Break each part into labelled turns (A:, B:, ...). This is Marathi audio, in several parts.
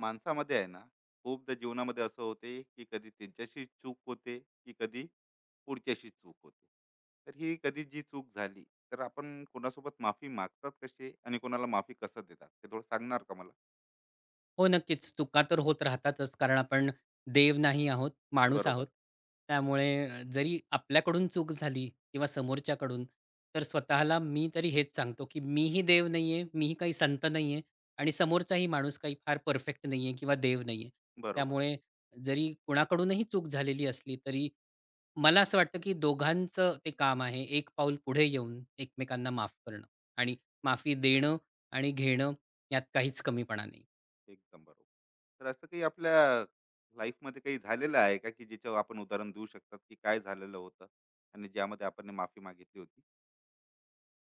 A: माणसामध्ये आहे ना. खूपदा जीवनामध्ये असं होते की कधी त्यांच्याशी चूक होते की कधी पुढच्याशी चूक होते. तर ही कधी जी चूक झाली तर आपण कोणासोबत माफी मागतात कसे आणि कोणाला माफी कसं देतात ते थोडं सांगणार का मला?
B: हो, नक्कीच. चुका तर होत राहतातच कारण आपण देव नाही आहोत, माणूस
A: बरोबर.
B: आहोत. त्यामुळे जरी आपल्याकडून चूक झाली किंवा समोरच्याकडून, तर स्वतःला मी तरी हेच सांगतो, की मीही देव नाहीये, मीही काही संत नाहीये आणि समोरचाही माणूस काही फार परफेक्ट नाहीये किंवा देव नाहीये.
A: बरोबर.
B: त्यामुळे जरी कुणाकडूनही चूक झालेली असली, तरी मला असं वाटतं, की दोघांचं ते काम आहे, एक पाऊल पुढे येऊन एकमेकांना माफ करणं आणि माफी देणं आणि घेणं यात काहीच कमीपणा नाही.
A: एकदम बरोबर. तर असं काही आपल्या लाईफमध्ये काही झालेलं आहे का की ज्याच्यावर आपण उदाहरण देऊ शकतात की काय झालेलं होतं आणि ज्यामध्ये आपण ने माफी मागितली होती?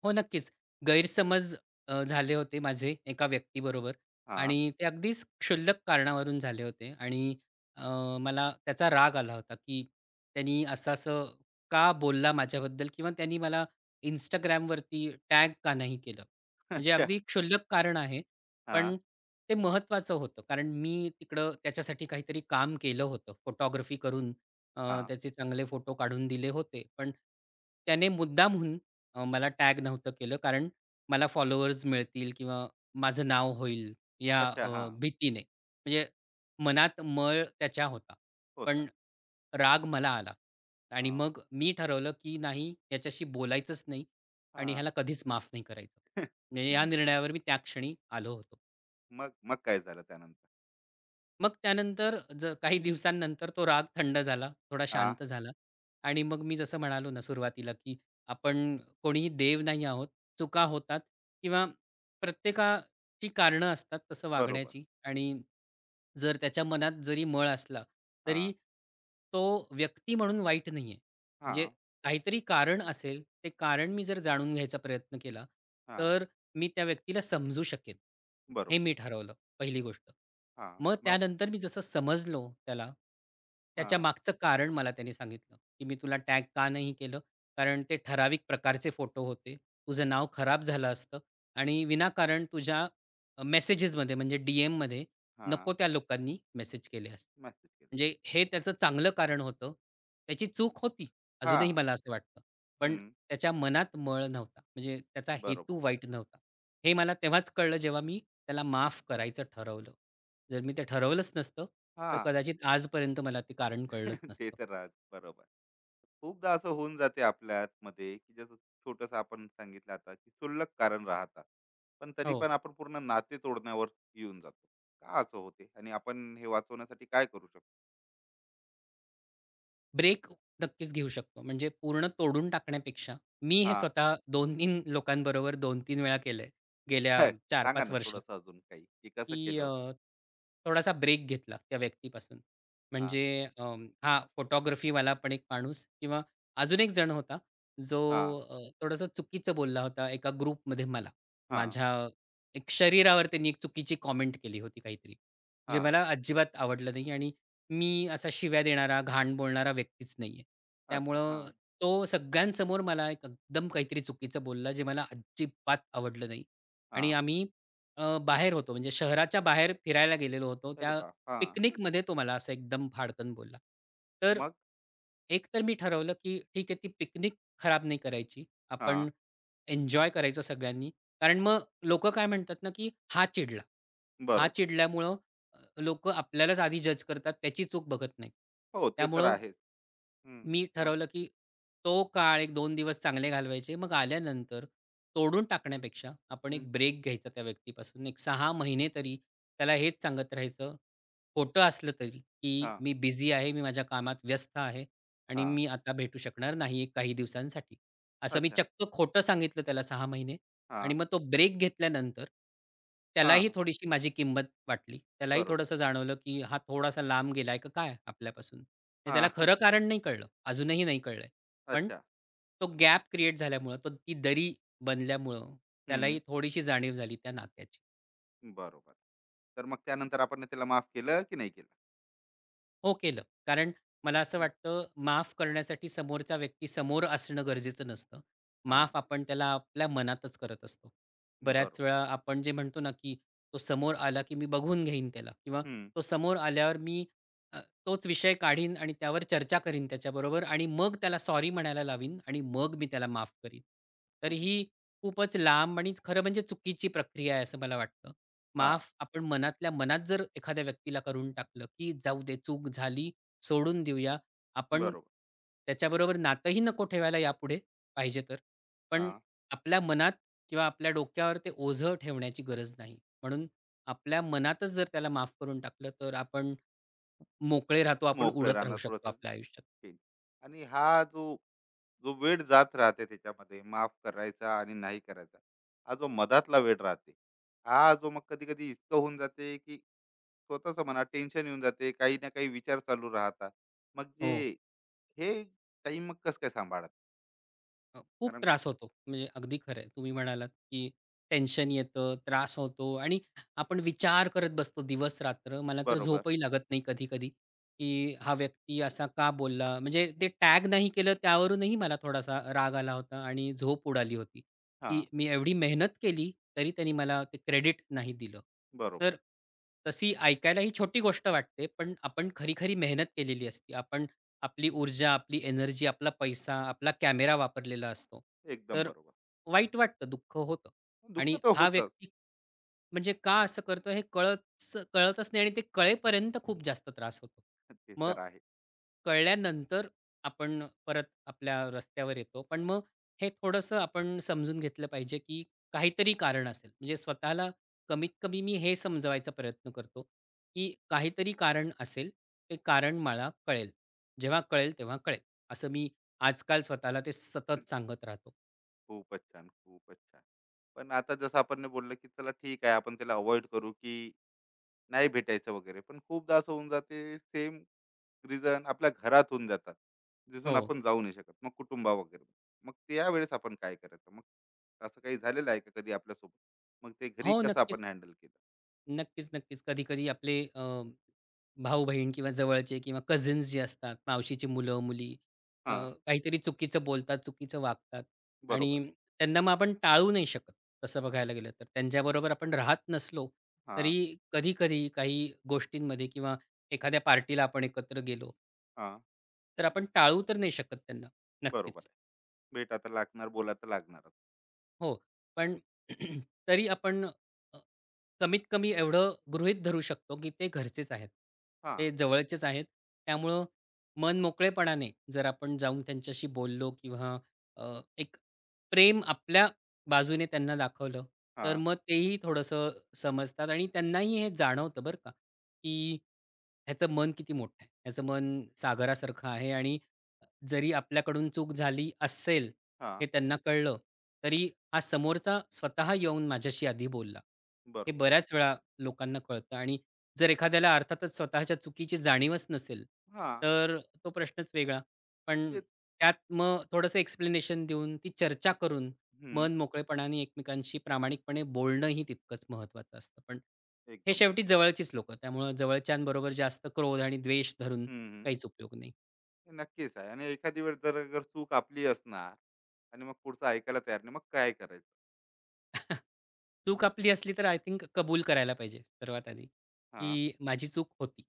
B: हो, नक्कीच. गैरसमज झाले होते माझे एका व्यक्तीबरोबर
A: हा.
B: आणि ते अगदीच क्षुल्लक कारणावरून झाले होते आणि अ, मला त्याचा राग आला होता, की त्यांनी असं-असं का बोलला माझ्याबद्दल किंवा त्यांनी मला Instagramवरती टॅग का नाही केलं? म्हणजे
A: अच्छा.
B: अगदी क्षुल्लक कारण आहे,
A: हा.
B: पण ते महत्त्वाचं होतं. कारण मी तिकडं त्याच्यासाठी काहीतरी काम केलं होतं. फोटोग्राफी करून अ,
A: हा.
B: त्याचे चांगले फोटो काढून दिले होते. पण त्याने मुद्दामहून मला टॅग नव्हतं केलं कारण मला फॉलोअर्स मिळतील किंवा माझं नाव होईल या
A: अच्छा. हा.
B: भीतीने. म्हणजे मनात मळ त्याच्या होता.
A: होता.
B: पण राग मला आला आणि
A: हा.
B: मग मी ठरवलं की नाही याच्याशी बोलायचंच नाही आणि
A: हा.
B: ह्याला कधीच माफ नाही करायचं. म्हणजे या निर्णयावर मी त्या क्षणी आलो होतो.
A: मग मग काय झालं त्यानंतर?
B: मग त्यानंतर काही दिवसांनंतर तो राग थंड झाला, थोडा
A: हां.
B: शांत झाला आणि मग मी जसं म्हणालो ना सुरुवातीला, की आपण कोणीही देव नाही आहोत. चुका होतात किंवा प्रत्येकाची कारणं असतात तसं
A: बरोबर.
B: वागण्याची आणि जर त्याच्या मनात जरी मळ असला,
A: हां,
B: तरी तो व्यक्ती म्हणून वाईट नाहीये. म्हणजे
A: हां,
B: काहीतरी कारण असेल, ते कारण मी जर जाणून घ्यायचा प्रयत्न केला,
A: हां.
B: तर मी त्या व्यक्तीला समजू शकेन. हे
A: बरोबर.
B: मी ठरवलं. पहिली गोष्ट.
A: हां.
B: मग
A: मग?
B: त्यानंतर मी जसं समजलो त्याला, त्याच्या
A: हां,
B: मागचं कारण मला त्याने सांगितलं, की "मी तुला टॅग का नाही केलं? कारण ते ठराविक प्रकारचे फोटो होते. तुझं नाव खराब झालं असतं आणि विनाकारण तुझ्या मेसेजेसमध्ये म्हणजे डी-एममध्ये
A: हां.
B: नको त्या लोकांनी मेसेज केले असते."
A: मेसेज केलं.
B: म्हणजे हे त्याचं चांगलं कारण होतं. त्याची चूक होती,
A: हां.
B: अजूनही मला असं वाटतं. पण
A: हं.
B: त्याच्या मनात मळ नव्हता. म्हणजे त्याचा
A: बरोबर.
B: हेतू वाईट नव्हता. हे मला तेव्हाच कळलं जेव्हा मी त्याला माफ करायचं ठरवलं. जर मी ते ठरवलंच नसतं, तर
A: हां.
B: कदाचित आजपर्यंत मला ते कारण कळलंच
A: ते
B: नसतं.
A: तर राहत. बरोबर. खूपदा असं होऊन जाते आपल्यामध्ये, की जसं छोटंसं आपण सांगितलं आता, की क्षुल्लक कारण राहतात. पण तरी
B: हो,
A: पण आपण पूर्ण नाते तोडण्यावर येऊन जातो. का असं होते? आणि आपण हे वाचवण्यासाठी काय करू शकतो?
B: ब्रेक नक्कीच घेऊ शकतो. म्हणजे पूर्ण तोडून टाकण्यापेक्षा मी हे
A: हां.
B: स्वतः 2-3 लोकांबरोबर 2-3 वेळा केलंय, गेल्या
A: सांगा
B: चार-पाच
A: ना
B: वर्षात.
A: थोडंसं अजून काही, की कसं
B: की
A: केलं होतं?
B: थोडासा ब्रेक घेतला त्या व्यक्तीपासून.
A: हां,
B: म्हणजे अ, हां, फोटोग्राफीवाला पण एक माणूस किंवा अजून एक जण होता, जो
A: हां.
B: थोडंसं चुकीचं बोलला होता एका ग्रुपमध्ये मला.
A: हां,
B: माझ्या एक शरीरावर त्यांनी एक चुकीची कॉमेंट केली होती काहीतरी, जे
A: हां.
B: मला अजिबात आवडलं नाही आणि मी असा शिव्या देणारा, घाण बोलणारा व्यक्तीच नाही आहे.
A: अच्छा.
B: त्यामुळं
A: हां,
B: तो सगळ्यांसमोर मला एक एकदम काहीतरी चुकीचं बोलला, जे मला अजिबात आवडलं नाही आणि
A: हां.
B: आम्ही बाहेर होतो, म्हणजे शहराच्या बाहेर फिरायला गेलेलो होतो.
A: अरे
B: त्या
A: वाह! हां.
B: पिकनिकमध्ये तो मला असं एकदम फाडकन बोलला. तर
A: मग?
B: एक तर मी ठरवलं, की ठीक आहे, ती पिकनिक खराब नाही करायची.
A: हां.
B: आपण एन्जॉय करायचं सगळ्यांनी. कारण मग लोकं काय म्हणतात ना, की हा चिडला. हा
A: बरोबर.
B: चिडल्यामुळं अ, लोकं आपल्यालाच आधी जज करतात, त्याची चूक बघत नाहीत.
A: हो, ते तर
B: त्यामुळं
A: आहेच. हं.
B: मी
A: मग?
B: ठरवलं, की तो काळ एक दोन दिवस चांगले घालवायचे. मग आल्यानंतर तोडून टाकण्यापेक्षा आपण
A: हं.
B: एक ब्रेक घ्यायचा त्या व्यक्तीपासून. एक 6 महिने तरी त्याला हेच सांगत राहायचं, खोटं असलं तरी, की
A: हां,
B: "मी बिझी आहे, मी माझ्या कामात व्यस्त आहे आणि
A: हां.
B: मी आता भेटू शकणार नाही काही दिवसांसाठी." असं मी
A: अच्छा.
B: चक्क खोटं सांगितलं त्याला 6 महिने आणि
A: हां,
B: मग तो ब्रेक घेतल्यानंतर
A: हां,
B: त्यालाही
A: हां.
B: थोडीशी माझी किंमत वाटली. त्यालाही
A: बरोबर.
B: थोडंसं जाणवलं, की हा थोडासा लांब गेलाय का काय आपल्यापासून? म्हणजे त्याला
A: हां, हां.
B: खरं कारण नाही कळलं. अजूनही नाही कळलंय. पण
A: अच्छा.
B: तो गॅप क्रिएट झाल्यामुळं, तो ती दरी बनल्यामुळं
A: हं.
B: त्यालाही थोडीशी जाणीव झाली त्या नात्याची.
A: बरोबर. तर मग त्यानंतर आपण त्याला माफ केलं की नाही केलं?
B: हो, केलं. कारण मला असं
A: हं.
B: वाटतं, माफ करण्यासाठी समोरचा व्यक्ती समोर असणं गरजेचं नसतं.
A: हां.
B: माफ आपण त्याला आपल्या मनातच करत असतो.
A: बरोबर.
B: बऱ्याच वेळा आपण जे म्हणतो ना, की तो समोर आला, की मी बघून घेईन त्याला किंवा
A: हं,
B: तो समोर आल्यावर मी अ, तोच विषय काढीन आणि त्यावर चर्चा करीन त्याच्याबरोबर आणि मग त्याला सॉरी म्हणायला लावीन आणि मग मी त्याला माफ करीन.
A: हं,
B: तर
A: हं.
B: ही खूपच लांब आणि खरं म्हणजे चुकीची प्रक्रिया आहे, असं मला वाटतं.
A: हां.
B: माफ आपण मनातल्या मनात जर एखाद्या व्यक्तीला करून टाकलं, की जाऊ दे चूक झाली, सोडून देऊया. आपण
A: बरोबर.
B: त्याच्याबरोबर नातंही नको ठेवायला यापुढे पाहिजे तर. पण
A: हां.
B: आपल्या मनात किंवा आपल्या डोक्यावर ते ओझं ठेवण्याची गरज नाही. म्हणून आपल्या मनातच जर त्याला माफ करून टाकलं, तर आपण मोकळे राहतो, आपण
A: मोकळे
B: उडत राहू
A: राहणं
B: शकतो
A: थोडंसं.
B: आपल्या आयुष्यात.
A: आणि हा जो जो वेळ जात राहते त्याच्यामध्ये माफ करायचा आणि नाही करायचा, हा जो मधातला वेळ राहते, हा जो मग कधी कधी इतकं होऊन जाते की स्वतःच म्हणा टेन्शन येऊन जाते, काही ना काही विचार चालू राहतात, मग जे
B: हो.
A: हे टाइम मग कसं काय सांभाळत?
B: खूप
A: कारण
B: त्रास होतो. म्हणजे अगदी खरं आहे. तुम्ही म्हणालात, की टेन्शन येतं, त्रास होतो आणि आपण विचार करत बसतो दिवस-रात्र. मला तर
A: बरोबर.
B: झोपही लागत नाही कधी-कधी, की हा व्यक्ती असा का बोलला? म्हणजे ते टॅग नाही केलं त्यावरूनही मला थोडासा राग आला होता आणि झोप उडाली होती,
A: हा.
B: की मी एवढी मेहनत केली, तरी त्यांनी मला ते क्रेडिट नाही दिलं.
A: बरोबर.
B: तर तशी ऐकायला ही छोटी गोष्ट वाटते, पण आपण खरी-खरी मेहनत केलेली असते. आपण आपली ऊर्जा, आपली एनर्जी, आपला पैसा, आपला कॅमेरा वापरलेला असतो.
A: एकदम
B: तर
A: बरोबर.
B: वाईट वाटतं, दुःख होतं
A: दुःख
B: आणि
A: तर
B: हा
A: होतच.
B: व्यक्ती म्हणजे का असं करतो हे कळतच नाही आणि ते कळेपर्यंत खूप जास्त त्रास होतो.
A: ते तर
B: मग
A: आहे.
B: कळल्यानंतर आपण परत आपल्या रस्त्यावर येतो. पण मग हे थोडंसं आपण समजून घेतलं पाहिजे, की काहीतरी कारण असेल. म्हणजे स्वतःला कमीत कमी मी हे समजवायचा प्रयत्न करतो, की काहीतरी कारण असेल. ते कारण मला कळेल. जेव्हा कळेल तेव्हा कळेल. असं मी आजकाल स्वतःला ते सतत सांगत राहतो.
A: खूपच छान. खूपच छान. पण आता जसं आपण ने बोललं की चला ठीक आहे आपण त्याला अवॉइड करू की नाही भेटायचं वगैरे, पण खूपदा असं होऊन जाते सेम रिझन आपल्या घरात होऊन जातात. जिथून
B: हो.
A: आपण जाऊ नाही शकत मग कुटुंबा वगैरे, मग त्यावेळेस आपण काय करायचं? मग असं काही झालेलं आहे का कधी आपल्यासोबत? मग ते
B: हो,
A: घरी कसं
B: नक्कीच.
A: आपण हँडल केलं?
B: नक्कीच, नक्कीच. कधी-कधी आपले भाऊ-बहीण किंवा जवळचे किंवा कझिन्स जे असतात, मावशीची मुलं-मुली अ,
A: हां.
B: काहीतरी चुकीचं बोलतात, चुकीचं वागतात
A: बरोबर.
B: आणि त्यांना मग आपण टाळू नाही शकत, तसं बघायला गेलं तर. त्यांच्याबरोबर आपण राहत नसलो,
A: हां.
B: तरी कधी-कधी काही गोष्टींमध्ये किंवा एखाद्या पार्टीला आपण एकत्र गेलो,
A: हां.
B: तर आपण टाळू तर नाही शकत त्यांना.
A: बरोबर
B: नक्कीच.
A: आहे. भेटा तर लागणार, बोला तर लागणारच.
B: हो, पण तरी आपण अ, कमीत कमी एवढं गृहीत धरू शकतो, की ते घरचेच आहेत.
A: हां.
B: ते जवळचेच आहेत. त्यामुळं मनमोकळेपणाने जर आपण जाऊन त्यांच्याशी बोललो किंवा एक प्रेम आपल्या बाजूने त्यांना दाखवलं, तर
A: हां.
B: मग तेही थोडंसं समजतात आणि त्यांनाही हे जाणवतं बरं का, की ह्याचं मन किती मोठं आहे. ह्याचं मन सागरासारखं आहे आणि जरी आपल्याकडून चूक झाली असेल,
A: हां.
B: हे त्यांना कळलं, तरी हा समोरचा स्वतः येऊन माझ्याशी आधी बोलला. हे
A: बरोबर.
B: बऱ्याच वेळा लोकांना कळतं आणि जर एखाद्याला अर्थातच स्वतःच्या चुकीची जाणीवच नसेल,
A: हां.
B: तर तो प्रश्नच वेगळा. पण
A: ते
B: त्यात मग थोडंसं एक्सप्लेनेशन देऊन, ती चर्चा करून,
A: हम्म.
B: मन मोकळेपणाने एकमेकांशी प्रामाणिकपणे बोलणंही तितकंच महत्त्वाचं असतं. पण हे
A: एकदम
B: शेवटी
A: बरोबर.
B: जवळचीच लोकं, त्यामुळं जवळच्यांबरोबर जास्त क्रोध आणि द्वेष धरून
A: हम्म, हम्म.
B: काहीच उपयोग नाही.
A: हे नक्कीच आहे. आणि एखादी वेळ जर अगर चूक आपली असणार आणि मग पुढचं ऐकायला तयार नाही, मग काय करायचं?
B: चूक
A: हम्म.
B: आपली असली तर आय थिंक कबूल करायला पाहिजे सर्वात आधी,
A: हां.
B: की माझी चूक होती.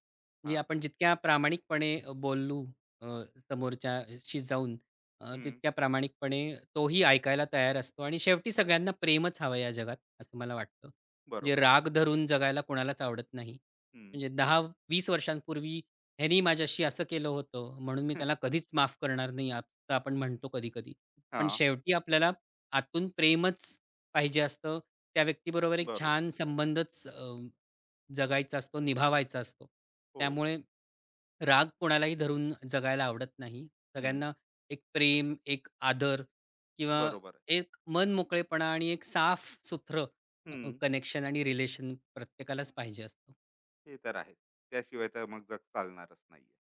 B: म्हणजे
A: हां.
B: आपण जितक्या प्रामाणिकपणे बोलू अ, समोरच्याशी जाऊन
A: हम्म.
B: तितक्या प्रामाणिकपणे तोही ऐकायला तयार असतो आणि शेवटी सगळ्यांना प्रेमच हवं या जगात, असं मला वाटतं. म्हणजे
A: बरोबर.
B: राग धरून जगायला कोणालाच आवडत नाही.
A: हम्म.
B: म्हणजे 10-20 वर्षांपूर्वी ह्यानी माझ्याशी असं केलं होतं, म्हणून मी त्याला कधीच माफ करणार नाही, असं आपण म्हणतो कधी-कधी. पण
A: हां.
B: शेवटी आपल्याला आतून प्रेमच पाहिजे असतं. त्या व्यक्तीबरोबर एक
A: बरोबर.
B: छान संबंधच जगायचा असतो, निभावायचा असतो.
A: हो.
B: त्यामुळे राग कोणालाही धरून जगायला आवडत नाही.
A: हं.
B: सगळ्यांना एक प्रेम, एक आदर किंवा
A: बरोबर आहे.
B: एक मन मनमोकळेपणा आणि एक साफ सुथरं
A: हं.
B: कनेक्शन आणि रिलेशन प्रत्येकालाच पाहिजे असतं.
A: ते तर आहेच. त्याशिवाय तर मग जग चालणारच नाहीये.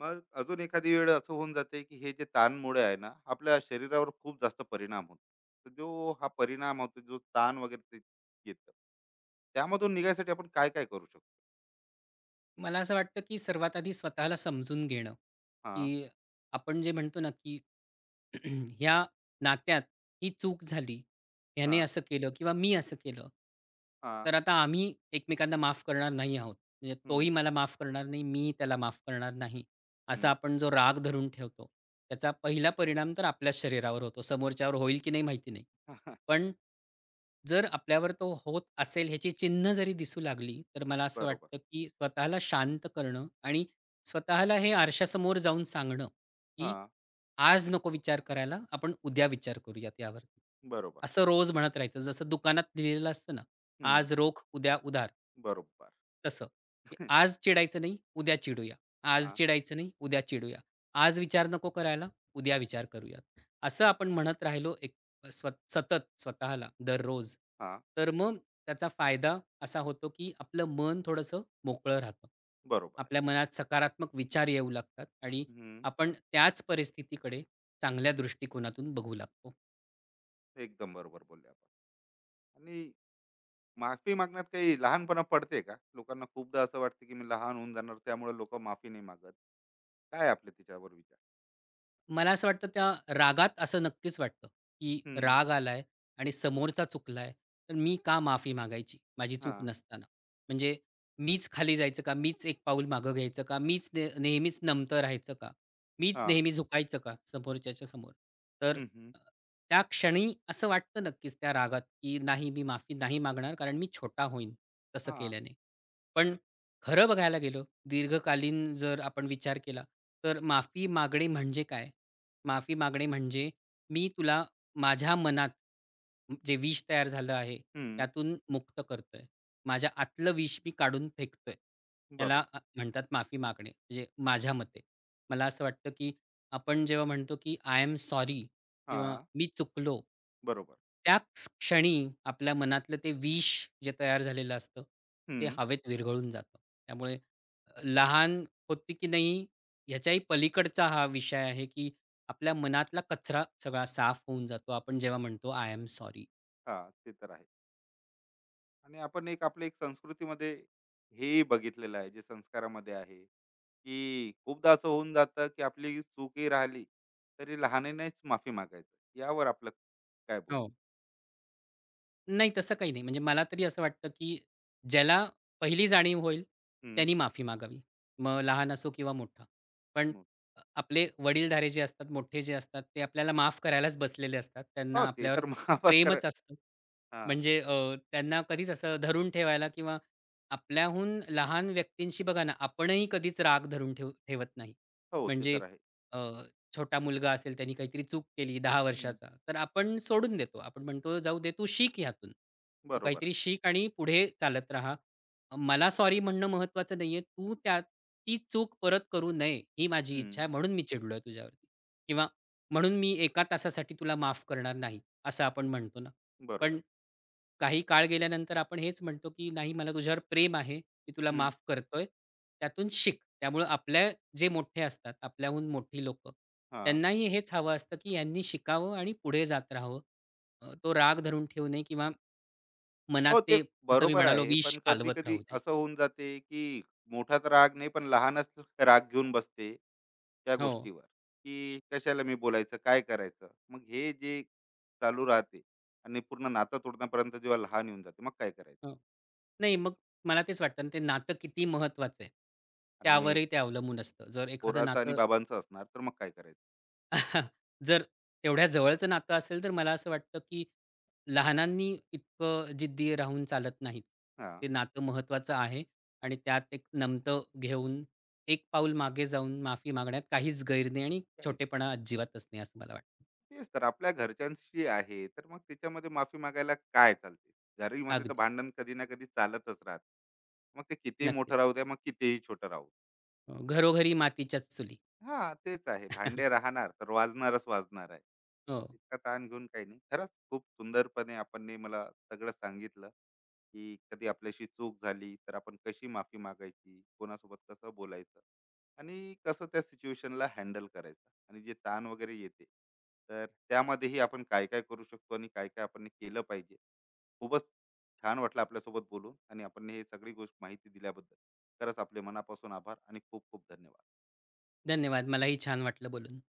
A: मग अजून एखादी वेळ असं होऊन जाते, की हे जे ताणमुळे आहे ना, आपल्या शरीरावर खूप जास्त परिणाम होतो. तर जो हा परिणाम होतो, जो ताण वगैरे ते येतं, त्यामधून निघायसाठी आपण काय-काय करू शकतो?
B: मला असं वाटतं, की सर्वात आधी स्वतःला समजून घेणं,
A: हां.
B: की आपण जे म्हणतो ना, की ह्या नात्यात ही चूक झाली, ह्याने
A: हां.
B: असं केलं किंवा मी असं केलं.
A: हां.
B: तर आता आम्ही एकमेकांना माफ करणार नाही आहोत. म्हणजे
A: हं,
B: तोही मला माफ करणार नाही, मी त्याला माफ करणार नाही.
A: हं.
B: असा आपण जो राग धरून ठेवतो, त्याचा पहिला परिणाम तर आपल्याच शरीरावर होतो. समोरच्यावर होईल की नाही माहिती नाही. पण जर आपल्यावर तो होत असेल ह्याची चिन्ह जरी दिसू लागली, तर मला असं
A: बरोबर.
B: वाटतं, की स्वतःला शांत करणं आणि स्वतःला हे आरशासमोर जाऊन सांगणं, की
A: हां.
B: आज नको विचार करायला, आपण उद्या विचार करूयात यावरती.
A: बरोबर.
B: असं रोज म्हणत राहायचं. जसं दुकानात लिहिलेलं असतं ना,
A: हं.
B: "आज रोख, उद्या उधार."
A: बरोबर.
B: तसं, की आज चिडायचं नाही, उद्या चिडूया. आज
A: हां,
B: चिडायचं नाही, उद्या चिडूया. आज विचार नको करायला, उद्या विचार करूयात. असं आपण म्हणत राहिलो सतत स्वतःला दररोज.
A: हां.
B: तर मग त्याचा फायदा असा होतो, की आपलं मन थोडंसं मोकळं राहतं.
A: बरोबर आहे.
B: आपल्या मनात सकारात्मक विचार येऊ लागतात आणि
A: हं.
B: आपण त्याच परिस्थितीकडे चांगल्या दृष्टिकोनातून बघू लागतो.
A: एकदम बरोबर बोलले आपण. आणि माफी मागण्यात काही लहानपणा पडते का? लोकांना खूपदा असं वाटते की मी लहान होऊन जाणार, त्यामुळे लोकं माफी नाही मागत. काय आपले त्याच्यावर विचार?
B: मला असं वाटतं त्या रागात असं नक्कीच वाटतं, की
A: हं.
B: राग आलाय आणि समोरचा चुकलाय, तर मी का माफी मागायची माझी चूक
A: हां.
B: नसताना? म्हणजे मीच खाली जायचं का? मीच एक पाऊल मागं घ्यायचं का? मीच नेहमीच नमतं राहायचं का? मीच
A: हां.
B: नेहमी झुकायचं का समोरच्याच्या समोर? तर
A: हं. हं.
B: अ, त्या क्षणी असं वाटतं नक्कीच त्या रागात, की नाही मी माफी नाही मागणार कारण मी छोटा होईन तसं
A: हां.
B: केल्याने. पण खरं बघायला गेलं दीर्घकालीन जर आपण विचार केला, तर माफी मागणे म्हणजे काय? माफी मागणे म्हणजे मी तुला माझ्या मनात जे विष तयार झालं आहे
A: हं.
B: त्यातून मुक्त करतोय. माझ्या आतलं विष मी काढून फेकतोय. त्याला
A: बरोबर.
B: म्हणतात माफी मागणे. म्हणजे माझ्या मते. मला असं वाटतं, की आपण जेव्हा म्हणतो, की आय एम सॉरी किंवा
A: हां.
B: मी चुकलो.
A: बरोबर.
B: त्याच क्षणी आपल्या मनातलं ते विष जे तयार झालेलं असतं, ते
A: हं.
B: हवेत विरघळून जातं. त्यामुळे लहान होती की नाही ह्याच्याही पलीकडचा हा विषय आहे, की आपल्या मनातला कचरा सगळा साफ होऊन जातो. आपण जेव्हा म्हणतो, "आय एम सॉरी."
A: हां. ते तर आहे. आणि आपण एक आपल्या एक संस्कृतीमध्ये हेही बघितलेलं आहे, जे संस्कारामध्ये आहे, की खूपदा असं होऊन जातं, की आपली चूकही राहिली तरी लहानानेच माफी मागायचं. यावर आपलं काय बोलणं?
B: नाही, तसं काही नाही. म्हणजे मला तरी असं वाटतं, की ज्याला पहिली जाणीव होईल,
A: हं.
B: त्यानी माफी मागावी. मग लहान असो किंवा मोठा. पण आपले वडीलधारे जे असतात, मोठे जे असतात, ते आपल्याला माफ करायलाच बसलेले असतात.
A: हो,
B: त्यांना
A: ते
B: आपल्यावर
A: तर माफच करा.
B: प्रेमच असतं.
A: हां.
B: म्हणजे त्यांना कधीच असं धरून ठेवायला किंवा आपल्याहून लहान व्यक्तींशी बघा ना, आपणही कधीच राग धरून ठेवत नाही.
A: हो, ते
B: म्हणजे
A: तर आहे.
B: छोटा मुलगा असेल, त्याने काहीतरी चूक केली दहा
A: हं.
B: वर्षाचा, तर आपण सोडून देतो. आपण म्हणतो, "जाऊ दे, तू शिक ह्यातून. तू
A: बरोबर आहे.
B: काहीतरी शिक आणि पुढे चालत राहा. मला सॉरी म्हणणं महत्त्वाचं नाहीये. तू ती चूक परत करू नये, ही माझी
A: हं.
B: इच्छा आहे. म्हणून मी चिडलोय तुझ्यावरती किंवा म्हणून मी एका तासासाठी तुला माफ करणार नाही," असं आपण म्हणतो ना.
A: बरोबर.
B: पण काही काळ गेल्यानंतर आपण हेच म्हणतो, की "नाही, मला तुझ्यावर प्रेम आहे. मी तुला
A: हं.
B: माफ करतोय. त्यातून शिक." त्यामुळं आपल्या जे मोठे असतात, आपल्याहून मोठी लोक
A: हां.
B: त्यांनाही हेच हवं असतं, की यांनी शिकावं आणि पुढे जात राहावं. तो राग धरून ठेवू नये किंवा मनात
A: हो,
B: ते
A: ते
B: जसं मी
A: बरोबर
B: म्हणालो
A: आहे.
B: विष
A: पण
B: कालवत
A: कधी-कधी
B: राहू नये.
A: असं होऊन जाते, की मोठाच राग नाही, पण लहानच राग घेऊन बसते त्या
B: हो,
A: गोष्टीवर, की कशाला मी बोलायचं, काय करायचं? मग हे जे चालू राहते आणि पूर्ण नातं तोडण्यापर्यंत जेव्हा लहान येऊन जाते, मग काय करायचं?
B: हो. नाही, मग मला तेच वाटतं ना, ते नातं किती महत्त्वाचं आहे,
A: आणि
B: त्यावरही ते अवलंबून असतं. जर एखादं
A: पोराचं आणि
B: नातं
A: बाबांचं असणार, तर मग काय करायचं?
B: जर तेवढ्या जवळचं नातं असेल, तर मला असं वाटतं, की लहानांनी इतकं जिद्दी राहून चालत नाहीत.
A: हां.
B: ते नातं महत्त्वाचं आहे आणि त्यात एक नमतं घेऊन, एक पाऊल मागे जाऊन माफी मागण्यात काहीच गैर नाही आणि
A: काय,
B: छोटेपणा अजिबातच नाही, असं मला वाटतं.
A: तेच तर आपल्या घरच्यांशी आहे, तर मग त्याच्यामध्ये माफी मागायला काय चालते? घरी मध्ये तर
B: अगदी.
A: भांडण कधी ना कधी चालतच राहत, मग ते कितीही
B: नक्कीच.
A: मोठं राहू द्या मग कितीही छोटं राहू द्या.
B: हो, घरोघरी मातीच्याच चुली.
A: हां, तेच आहे. भांडे राहणार, तर वाजणारच वाजणार आहे.
B: हो.
A: इतका ताण घेऊन काही नाही. खरंच खूप सुंदरपणे आपणने मला सगळं सांगितलं, की कधी आपल्याशी चूक झाली, तर आपण कशी माफी मागायची, कोणासोबत कसं बोलायचं आणि कसं त्या सिच्युएशनला हँडल करायचं, आणि जे ताण वगैरे येते, तर त्यामध्येही आपण काय-काय करू शकतो आणि काय-काय आपण केलं पाहिजे. खूपच छान वाटलं आपल्यासोबत बोलून आणि आपण हे सगळी गोष्ट माहिती दिल्याबद्दल. खरंच आपले मनापासून आभार आणि खूप खूप धन्यवाद.
B: धन्यवाद. मलाही छान वाटलं बोलून.